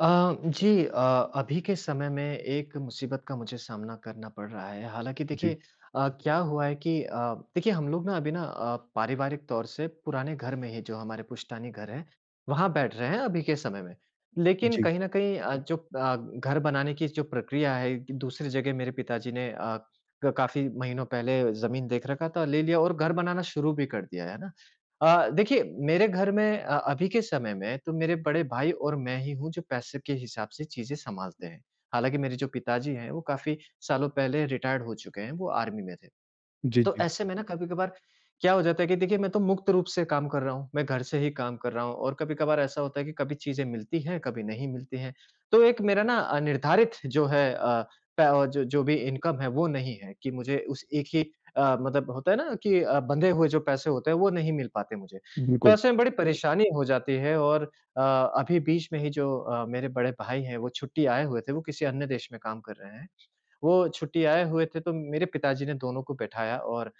जी अभी के समय में एक मुसीबत का मुझे सामना करना पड़ रहा है। हालाँकि जी, देखिए क्या हुआ है कि देखिए हम लोग ना अभी ना पारिवारिक तौर से पुराने घर में ही जो हमारे पुश्तैनी घर है, वहाँ बैठ रहे हैं अभी के समय में। लेकिन जी, कहीं न कहीं जो घर बनाने की जो प्रक्रिया है कि दूसरी जगह मेरे पिताजी ने अ, क काफ़ी महीनों पहले ज़मीन देख रखा था, ले लिया और घर बनाना शुरू भी कर दिया है ना? देखिए मेरे घर में अभी के समय में तो मेरे बड़े भाई और मैं ही हूँ जो पैसे के हिसाब से चीज़ें सँभालते हैं। हालाँकि मेरे जो पिताजी हैं वो काफ़ी सालों पहले रिटायर्ड हो चुके हैं, वो आर्मी में थे। जी, तो जी, ऐसे में ना कभी-कभार क्या हो जाता है कि देखिए मैं तो मुक्त रूप से काम कर रहा हूँ, मैं घर से ही काम कर रहा हूँ और कभी-कभार ऐसा होता है कि कभी चीज़ें मिलती हैं, कभी नहीं मिलती हैं। तो एक मेरा ना निर्धारित जो है अ, प जो जो भी इनकम है वो नहीं है कि मुझे उस एक ही मतलब होता है ना कि बंधे हुए जो पैसे होते हैं वो नहीं मिल पाते मुझे। तो बिल्कुल। ऐसे में बड़ी जी, परेशानी हो जाती है और अभी बीच में ही जो मेरे बड़े भाई हैं वो छुट्टी आए हुए थे, वो किसी अन्य देश में काम कर रहे हैं। वो छुट्टी आए हुए थे तो मेरे पिताजी ने दोनों को बैठाया और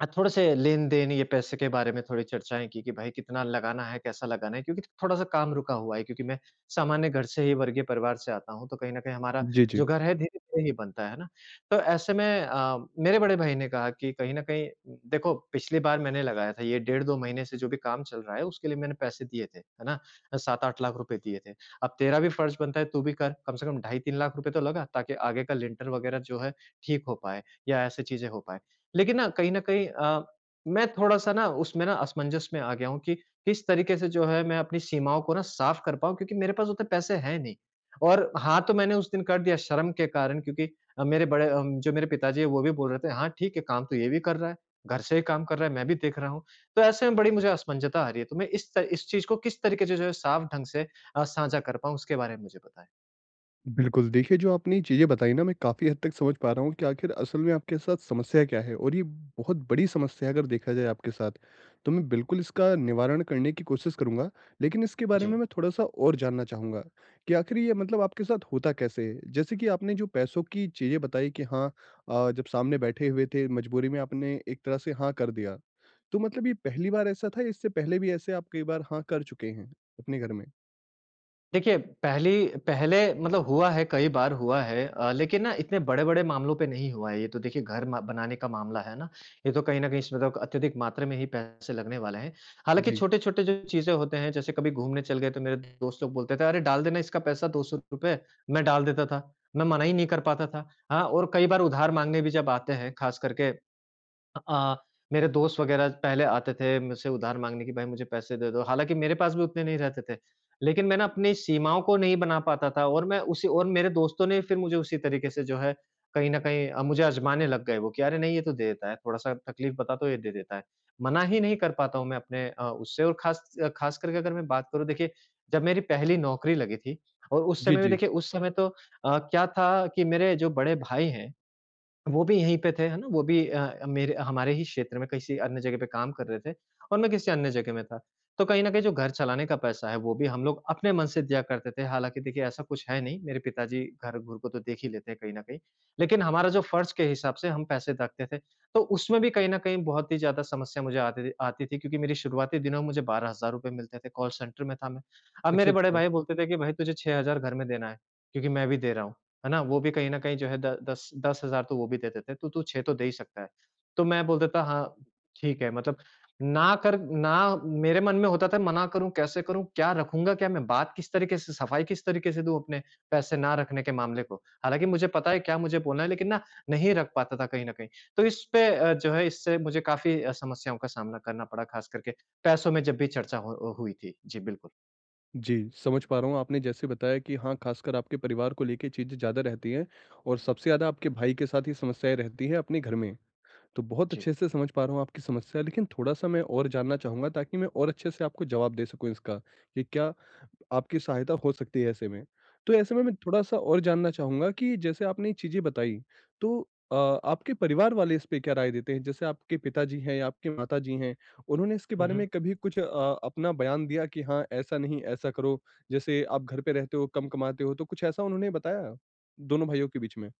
थोड़े से लेन-देन ये पैसे के बारे में थोड़ी चर्चाएँ की कि भाई कितना लगाना है, कैसा लगाना है? क्योंकि थोड़ा-सा काम रुका हुआ है क्योंकि मैं सामान्य घर से ही वर्गीय परिवार से आता हूँ, तो कहीं न कहीं हमारा जी, जी, जो घर है धीरे-धीरे ही बनता है ना? तो ऐसे में मेरे बड़े भाई ने कहा कि कहीं न कहीं देखो पिछली बार मैंने लगाया था, ये डेढ़ 2 महीने से जो भी काम चल रहा है उसके लिए मैंने पैसे दिए थे, है ना? 7-8 लाख रुपए दिए थे। अब तेरा भी फर्ज़ बनता है तू भी कर, कम से कम ढाई 3 लाख रुपए तो लगा ताकि आगे का लिंटर वगैरह जो है ठीक हो पाए या ऐसी चीज़ें हो पाएँ। लेकिन ना कहीं न कहीं मैं थोड़ा-सा ना उसमें ना असमंजस में आ गया हूँ कि किस तरीके से जो है मैं अपनी सीमाओं को ना साफ़ कर पाऊँ क्योंकि मेरे पास उतने पैसे हैं नहीं। और हाँ, तो मैंने उस दिन कर दिया शर्म के कारण क्योंकि जो मेरे पिताजी हैं वो भी बोल रहे थे, "हाँ, ठीक है काम तो ये भी कर रहा है, घर से ही काम कर रहा है, मैं भी देख रहा हूँ।" तो ऐसे में बड़ी मुझे असमंजता आ रही है। तो मैं इस चीज़ को किस तरीके से जो है साफ़ ढंग से साझा कर पाऊँ उसके बारे में मुझे बताएँ? बिल्कुल। देखिए, जो आपने ये चीज़ें बताई ना, मैं काफ़ी हद तक समझ पा रहा हूँ कि आखिर असल में आपके साथ समस्या क्या है और ये बहुत बड़ी समस्या है अगर देखा जाए आपके साथ। तो मैं बिल्कुल इसका निवारण करने की कोशिश करूँगा, लेकिन इसके बारे में जी। मैं थोड़ा-सा और जानना चाहूँगा कि आखिर ये मतलब आपके साथ होता कैसे है? जैसे कि आपने जो पैसों की चीज़ें बताई कि हाँ जब सामने बैठे हुए थे, मजबूरी में आपने एक तरह से हाँ कर दिया। तो मतलब ये पहली बार ऐसा था या इससे पहले भी ऐसे आप कई बार हाँ कर चुके हैं अपने घर में? देखिए, पहली पहले मतलब हुआ है, कई बार हुआ है लेकिन ना इतने बड़े-बड़े मामलों पे नहीं हुआ है। ये तो देखिए घर म बनाने का मामला है ना, ये तो कहीं न कहीं इसमें तो अत्यधिक मात्रा में ही पैसे लगने वाले हैं। हालाँकि जी। छोटे-छोटे जो चीज़ें होते हैं, जैसे कभी घूमने चल गए तो मेरे दोस्त लोग बोलते थे, "अरे! डाल देना इसका पैसा ₹200।" मैं डाल देता था, मैं मना ही नहीं कर पाता था। हाँ, और कई बार उधार माँगने भी जब आते हैं, ख़ास करके अ अ, मेरे दोस्त वगैरह पहले आते थे मुझसे उधार माँगने कि भाई मुझे पैसे दे दो, हालाँकि मेरे पास भी उतने नहीं रहते थे। लेकिन मैं ना अपनी सीमाओं को नहीं बना पाता था और मैं उसी और मेरे दोस्तों ने फिर मुझे उसी तरीके से जो है कहीं न कहीं मुझे आज़माने लग गए वो कि अरे नहीं ये तो दे देता है, थोड़ा-सा तकलीफ़ बता तो ये दे देता है। मना ही नहीं कर पाता हूँ मैं अपने उससे और ख़ास ख़ास करके अगर मैं बात करूँ देखिए, जब मेरी पहली नौकरी लगी थी और उस जी, समय में जी। देखिए उस समय तो क्या था कि मेरे जो बड़े भाई हैं वो भी यहीं पे थे, है ना? वो भी अ, मेरे हमारे ही क्षेत्र में किसी अन्य जगह पे काम कर रहे थे और मैं किसी अन्य जगह में था। तो कहीं न कहीं जो घर चलाने का पैसा है, वो भी हम लोग अपने मन से दिया करते थे। हालाँकि देखिए ऐसा कुछ है नहीं, मेरे पिताजी घर-घूर को तो देख ही लेते हैं कहीं न कहीं। लेकिन हमारा जो फ़र्ज़ के हिसाब से हम पैसे रखते थे, तो उसमें भी कहीं न कहीं बहुत ही ज़्यादा समस्या मुझे आती थी क्योंकि मेरी शुरुआती दिनों में मुझे ₹12,000 मिलते थे, कॉल सेंटर में था मैं। अब अच्छा, मेरे बड़े अच्छा। भाई बोलते थे कि, "भाई तुझे 6,000 घर में देना है, क्योंकि मैं भी दे रहा हूँ।" है ना? वो भी कहीं न कहीं जो है द दस 10,000 तो वो भी देते थे, तो तू 6 तो दे ही सकता है। तो मैं बोलता था हाँ, ठीक है मतलब ना कर ना मेरे मन में होता था मना करूँ, कैसे करूँ, क्या रखूँगा क्या मैं? बात किस तरीके से सफाई किस तरीके से दूँ अपने पैसे ना रखने के मामले को? हालाँकि मुझे पता है क्या मुझे बोलना है लेकिन ना नहीं रख पाता था कहीं न कहीं। तो इस पे जो है इससे मुझे काफ़ी समस्याओं का सामना करना पड़ा ख़ास करके पैसों में जब भी चर्चा हो हुई थी। जी, बिल्कुल। जी, समझ पा रहा हूँ आपने जैसे बताया कि हाँ, खासकर आपके परिवार को लेके चीज़ें ज़्यादा रहती हैं और सबसे ज़्यादा आपके भाई के साथ ये समस्याएँ रहती हैं अपने घर में। तो बहुत जी। अच्छे से समझ पा रहा हूँ आपकी समस्या लेकिन थोड़ा-सा मैं और जानना चाहूँगा ताकि मैं और अच्छे से आपको जवाब दे सकूँ इसका, कि क्या आपकी सहायता हो सकती है ऐसे में। तो ऐसे में मैं थोड़ा-सा और जानना चाहूँगा कि जैसे आपने ये चीज़ें बताई, तो आपके परिवार वाले इस पे क्या राय देते हैं? जैसे आपके पिताजी हैं या आपके माताजी हैं, उन्होंने इसके हुँ, बारे हुँ। में कभी कुछ अपना बयान दिया कि हाँ, ऐसा नहीं, ऐसा करो? जैसे आप घर पे रहते हो, कम कमाते हो, तो कुछ ऐसा उन्होंने बताया दोनों भाइयों के बीच में?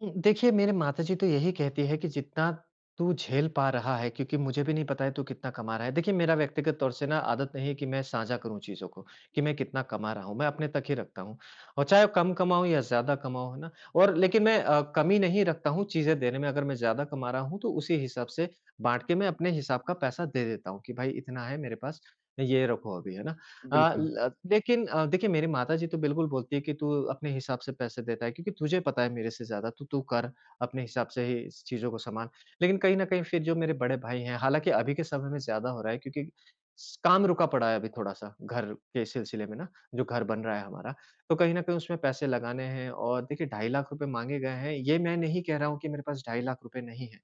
देखिए मेरे माताजी तो यही कहती है कि जितना तू झेल पा रहा है क्योंकि मुझे भी नहीं पता है तू कितना कमा रहा है। देखिए मेरा व्यक्तिगत तौर से ना आदत नहीं है कि मैं साझा करूँ चीज़ों को, कि मैं कितना कमा रहा हूँ, मैं अपने तक ही रखता हूँ। और चाहे वो कम कमाऊँ या ज़्यादा कमाऊँ, है ना? और लेकिन मैं कमी नहीं रखता हूँ चीज़ें देने में, अगर मैं ज़्यादा कमा रहा हूँ तो उसी हिसाब से बाँट के मैं अपने हिसाब का पैसा दे देता हूँ कि भाई इतना है मेरे पास, ये रखो अभी, है ना? बिल्कुल। देखिए मेरी माताजी तो बिल्कुल बोलती है कि तू अपने हिसाब से पैसे देता है क्योंकि तुझे पता है मेरे से ज़्यादा तो तू कर अपने हिसाब से ही इस चीज़ों को सँभाल। लेकिन कहीं न कहीं फिर जो मेरे बड़े भाई हैं, हालाँकि अभी के समय में ज़्यादा हो रहा है क्योंकि स काम रुका पड़ा है अभी थोड़ा-सा घर के सिलसिले में ना, जो घर बन रहा है हमारा। तो कहीं न कहीं उसमें पैसे लगाने हैं और देखिए ₹2.5 लाख रुपए माँगे गए हैं, ये मैं नहीं कह रहा हूँ कि मेरे पास ₹2.5 लाख रुपए नहीं है।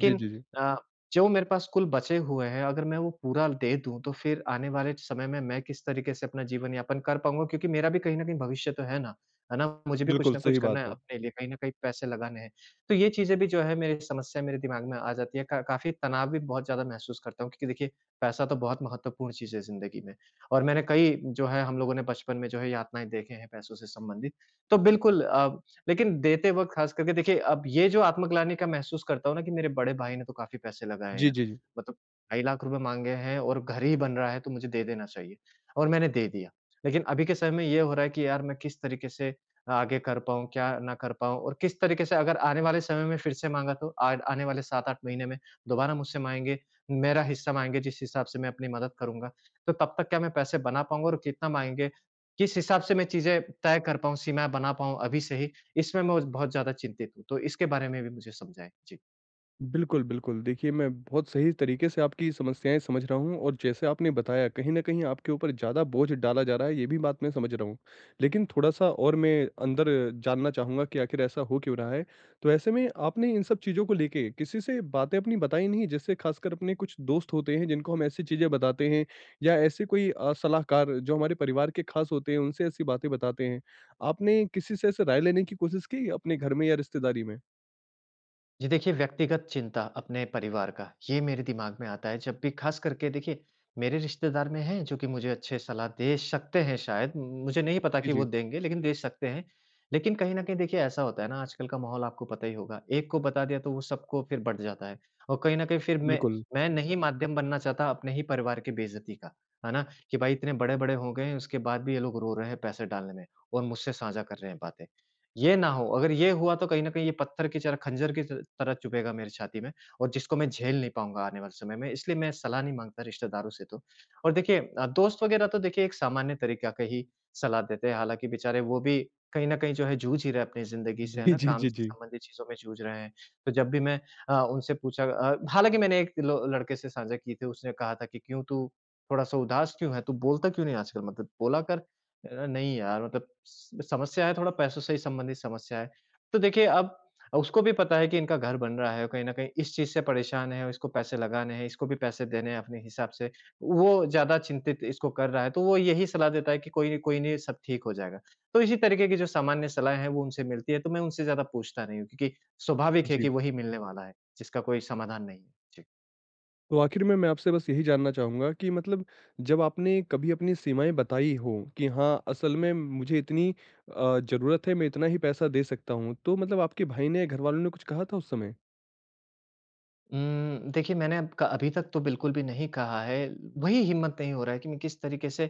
जी, जी, जी। अ, जो मेरे पास कुल बचे हुए हैं, अगर मैं वो पूरा दे दूँ, तो फिर आने वाले समय में मैं किस तरीके से अपना जीवन यापन कर पाऊँगा? क्योंकि मेरा भी कहीं न कहीं भविष्य तो है ना, है ना? मुझे भी कुछ बिल्कुल, न कुछ सही करना बात है है। अपने लिए, कहीं न कहीं पैसे लगाने हैं। तो ये चीज़ें भी जो है मेरी समस्या मेरे दिमाग में आ जाती है। का काफ़ी तनाव भी बहुत ज़्यादा महसूस करता हूँ, क्योंकि देखिए पैसा तो बहुत महत्वपूर्ण चीज़ है ज़िंदगी में और मैंने कई जो है हम लोगों ने बचपन में जो है यातनाएँ देखे हैं पैसों से संबंधित। तो बिल्कुल लेकिन देते वक़्त ख़ास करके देखिए, अब ये जो आत्मग्लानि का महसूस करता हूँ ना कि मेरे बड़े भाई ने तो काफ़ी पैसे लगाए हैं जी, यार। जी, जी। मतलब ₹2,00,000 माँगे हैं और घर ही बन रहा है तो मुझे दे देना चाहिए और मैंने दे दिया। लेकिन अभी के समय में ये हो रहा है कि यार मैं किस तरीके से आगे कर पाऊँ, क्या ना कर पाऊँ और किस तरीके से अगर आने वाले समय में फिर से माँगा तो आ आने वाले 7-8 महीने में दोबारा मुझसे माँगेंगे, मेरा हिस्सा माँगेंगे जिस हिसाब से मैं अपनी मदद करूँगा। तो तब तक क्या मैं पैसे बना पाऊँगा और कितना माँगेंगे, किस हिसाब से मैं चीज़ें तय कर पाऊँ, सीमाएँ बना पाऊँ अभी से ही इसमें मैं बहुत ज़्यादा चिंतित हूँ, तो इसके बारे में भी मुझे समझाएँ? जी। बिल्कुल, बिल्कुल। देखिए, मैं बहुत सही तरीके से आपकी समस्याएँ समझ रहा हूँ और जैसे आपने बताया कहीं न कहीं आपके ऊपर ज़्यादा बोझ डाला जा रहा है, ये भी बात मैं समझ रहा हूँ। लेकिन थोड़ा-सा और मैं अंदर जानना चाहूँगा कि आखिर ऐसा हो क्यों रहा है? तो ऐसे में आपने इन सब चीज़ों को लेके किसी से बातें अपनी बताई नहीं? जैसे खासकर अपने कुछ दोस्त होते हैं जिनको हम ऐसी चीज़ें बताते हैं या ऐसे कोई सलाहकार जो हमारे परिवार के खास होते हैं, उनसे ऐसी बातें बताते हैं। आपने किसी से ऐसे राय लेने की कोशिश की अपने घर में या रिश्तेदारी में? जी, देखिए व्यक्तिगत चिंता अपने परिवार का, ये मेरे दिमाग में आता है जब भी ख़ास करके देखिए मेरे रिश्तेदार में हैं जो कि मुझे अच्छे सलाह दे सकते हैं शायद, मुझे नहीं पता जी, कि वो जी। देंगे लेकिन दे सकते हैं। लेकिन कहीं न कहीं देखिए ऐसा होता है ना आजकल का माहौल आपको पता ही होगा, एक को बता दिया तो वो सबको फिर बँट जाता है और कहीं न कहीं फिर मैं बिल्कुल। मैं नहीं माध्यम बनना चाहता अपने ही परिवार की बेइज़्ज़ती का, है ना? कि भाई इतने बड़े-बड़े हो गए हैं उसके बाद भी ये लोग रो रहे हैं पैसे डालने में और मुझसे साझा कर रहे हैं बातें। ये ना हो, अगर ये हुआ तो कहीं न कहीं ये पत्थर की चर खंजर की त तरह चुभेगा मेरी छाती में और जिसको मैं झेल नहीं पाऊँगा आने वाले समय में, इसलिए मैं सलाह नहीं माँगता रिश्तेदारों से तो। और देखिए दोस्त वगैरह तो देखिए एक सामान्य तरीका का ही सलाह देते हैं, हालाँकि बेचारे वो भी कहीं न कहीं जो है जूझ ही रहे हैं अपनी ज़िंदगी से, है जी, ना? जी, काम जी, से जी। संबंधित चीज़ों में जूझ रहे हैं। तो जब भी मैं उनसे पूछा हालाँकि मैंने एक लो लड़के से साझा की थी, उसने कहा था कि, "क्यों तू थोड़ा-सा उदास क्यों है? तू बोलता क्यों नहीं आजकल? मतलब बोला कर नहीं यार मतलब स समस्या है थोड़ा पैसों से ही संबंधित समस्या है। तो देखिए अब उसको भी पता है कि इनका घर बन रहा है, कहीं न कहीं इस चीज़ से परेशान है, इसको पैसे लगाने हैं, इसको भी पैसे देने हैं अपने हिसाब से। वो ज़्यादा चिंतित इसको कर रहा है, तो वो यही सलाह देता है कि कोई नहीं सब ठीक हो जाएगा। तो इसी तरीके की जो सामान्य सलाह है वो उनसे मिलती है, तो मैं उनसे ज़्यादा पूछता नहीं हूँ क्योंकि स्वाभाविक है जी, कि वही मिलने वाला है, जिसका कोई समाधान नहीं है। जी। तो आखिर में मैं आपसे बस यही जानना चाहूँगा कि मतलब जब आपने कभी अपनी सीमाएँ बताई हों कि हाँ, असल हुँ। में मुझे इतनी ज़रूरत है, मैं इतना ही पैसा दे सकता हूँ, तो मतलब आपके भाई ने, घरवालों ने कुछ कहा था उस समय? देखिए मैंने अब क अभी तक तो बिल्कुल भी नहीं कहा है, वही हिम्मत नहीं हो रहा है कि मैं किस तरीके से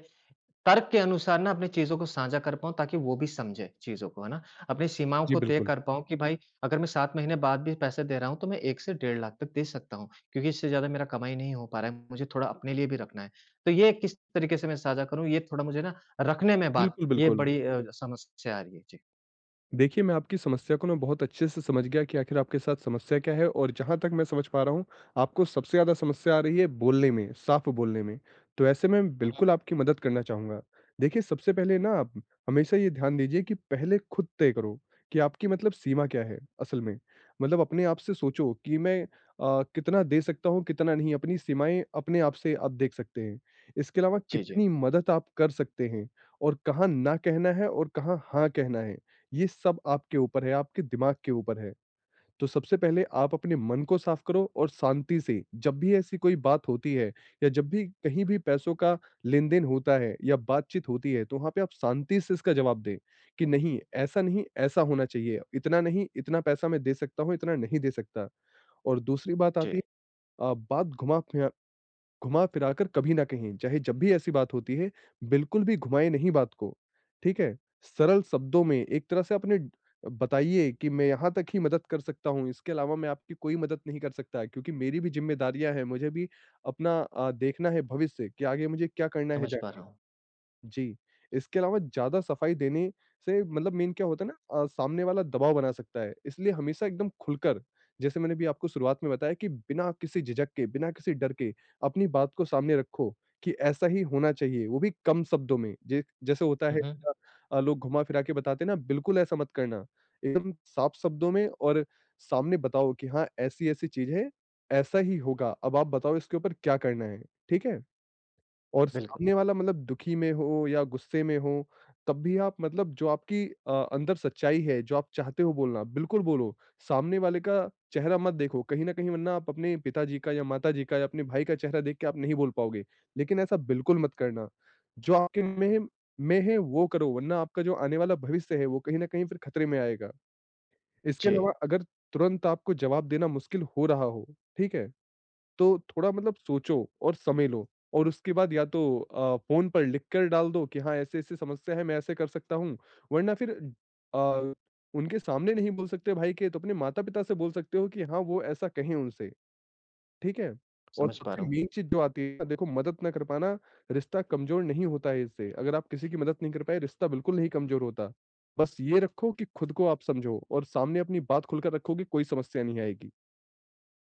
तर्क के अनुसार ना अपनी चीज़ों को साझा कर पाऊँ ताकि वो भी समझे चीज़ों को, है ना? अपनी सीमाओं जी, को तय बिल्कुल। कर पाऊँ कि भाई अगर मैं 7 महीने बाद भी पैसे दे रहा हूँ तो मैं 1 से डेढ़ लाख तक दे सकता हूँ, क्योंकि इससे ज़्यादा मेरा कमाई नहीं हो पा रहा है, मुझे थोड़ा अपने लिए भी रखना है। तो ये किस तरीके से मैं साझा करूँ ये थोड़ा मुझे ना रखने में बात बिल्कुल, ये बिल्कुल। बड़ी समस्या आ रही है। जी। देखिए, मैं आपकी समस्या को ना बहुत अच्छे से समझ गया कि आखिर आपके साथ समस्या क्या है और जहाँ तक मैं समझ पा रहा हूँ, आपको सबसे ज़्यादा समस्या आ रही है बोलने में, साफ बोलने में। तो ऐसे में मैं हुँ, हुँ। बिल्कुल आपकी मदद करना चाहूँगा। देखिए, सबसे पहले ना आप हमेशा ये ध्यान दीजिए कि पहले खुद तय करो कि आपकी मतलब सीमा क्या है असल में। मतलब अपने आप से सोचो कि मैं कितना दे सकता हूँ, कितना नहीं। अपनी सीमाएँ अपने आप से आप देख सकते हैं। इसके अलावा जी, जी। कितनी मदद आप कर सकते हैं और कहाँ ना कहना है और कहाँ हाँ कहना है। ये सब आपके ऊपर है, आपके दिमाग के ऊपर है। तो सबसे पहले आप अपने मन को साफ करो और शांति से जब भी ऐसी कोई बात होती है या जब भी कहीं भी पैसों का लेन-देन होता है या बातचीत होती है, तो वहाँ पे आप शांति से इसका जवाब दें कि नहीं, ऐसा नहीं, ऐसा होना चाहिए। इतना नहीं, इतना पैसा मैं दे सकता हूँ, इतना नहीं दे सकता। और दूसरी बात जी, आती है बात घुमा-फिरा कर कभी ना कहें, चाहे जब भी ऐसी बात होती है, बिल्कुल भी घुमाएँ नहीं बात को, ठीक है? सरल शब्दों में एक तरह से अपने बताइए कि मैं यहाँ तक ही मदद कर सकता हूँ, इसके अलावा मैं आपकी कोई मदद नहीं कर सकता क्योंकि मेरी भी ज़िम्मेदारियाँ हैं, मुझे भी अपना देखना है भविष्य कि आगे मुझे क्या करना है समझ पा जाके। रहा हूँ। जी, इसके अलावा ज़्यादा सफाई देने से मतलब मेन क्या होता है ना सामने वाला दबाव बना सकता है, इसलिए हमेशा एकदम खुलकर जैसे मैंने अभी आपको शुरुआत में बताया कि बिना किसी झिझक के, बिना किसी डर के अपनी बात को सामने रखो कि ऐसा ही होना चाहिए, वो भी कम शब्दों में। जे जैसे होता हुँ, है हुँ। अ लोग घुमा-फिरा के बताते हैं ना, बिल्कुल ऐसा मत करना। एकदम साफ शब्दों में और सामने बताओ कि हाँ, ऐसी-ऐसी चीज़ है, ऐसा ही होगा, अब आप बताओ इसके ऊपर क्या करना है, ठीक है? और बिल्कुल। सामने वाला मतलब दुखी में हो या गुस्से में हो, तब भी आप मतलब जो आपकी अंदर सच्चाई है, जो आप चाहते हो बोलना, बिल्कुल बोलो। सामने वाले का चेहरा मत देखो, कहीं न कहीं वरना आप अपने पिताजी का या माताजी का या अपने भाई का चेहरा देख के आप नहीं बोल पाओगे। लेकिन ऐसा बिल्कुल मत करना। जो आपके में है वो करो, वरना आपका जो आने वाला भविष्य है, वो कहीं न कहीं फिर खतरे में आएगा। इसके जी, अलावा अगर तुरंत आपको जवाब देना मुश्किल हो रहा हो, ठीक है? तो थोड़ा मतलब सोचो और समय लो और उसके बाद या तो फ़ोन पर लिख कर डाल दो कि हाँ, ऐसे-ऐसे समस्या है, मैं ऐसे कर सकता हूँ। वरना फिर अ, उनके सामने नहीं बोल सकते भाई के, तो अपने माता-पिता से बोल सकते हो कि हाँ, वो ऐसा कहें उनसे, ठीक है? और समझ पा रहा सबसे मेन हूँ। चीज़ जो आती है ना, देखो मदद ना कर पाना, रिश्ता कमज़ोर नहीं होता है इससे। अगर आप किसी की मदद नहीं कर पाए, रिश्ता बिल्कुल नहीं कमज़ोर होता। बस ये रखो कि खुद को आप समझो और सामने अपनी बात खुलकर रखो कि कोई समस्या नहीं आएगी।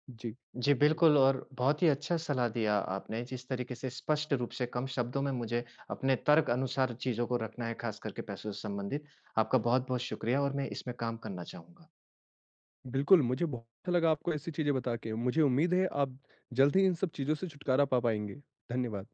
जी। जी, बिल्कुल और बहुत ही अच्छा सलाह दिया आपने, जिस तरीके से स्पष्ट रूप से कम शब्दों में मुझे अपने तर्क अनुसार चीज़ों को रखना है, ख़ास करके पैसों से संबंधित। आपका बहुत-बहुत शुक्रिया और मैं इसमें काम करना चाहूँगा। बिल्कुल, मुझे बहुत अच्छा लगा आपको ऐसी चीज़ें बता के। मुझे उम्मीद है आप जल्द ही इन सब चीज़ों से छुटकारा पा पाएँगे। धन्यवाद।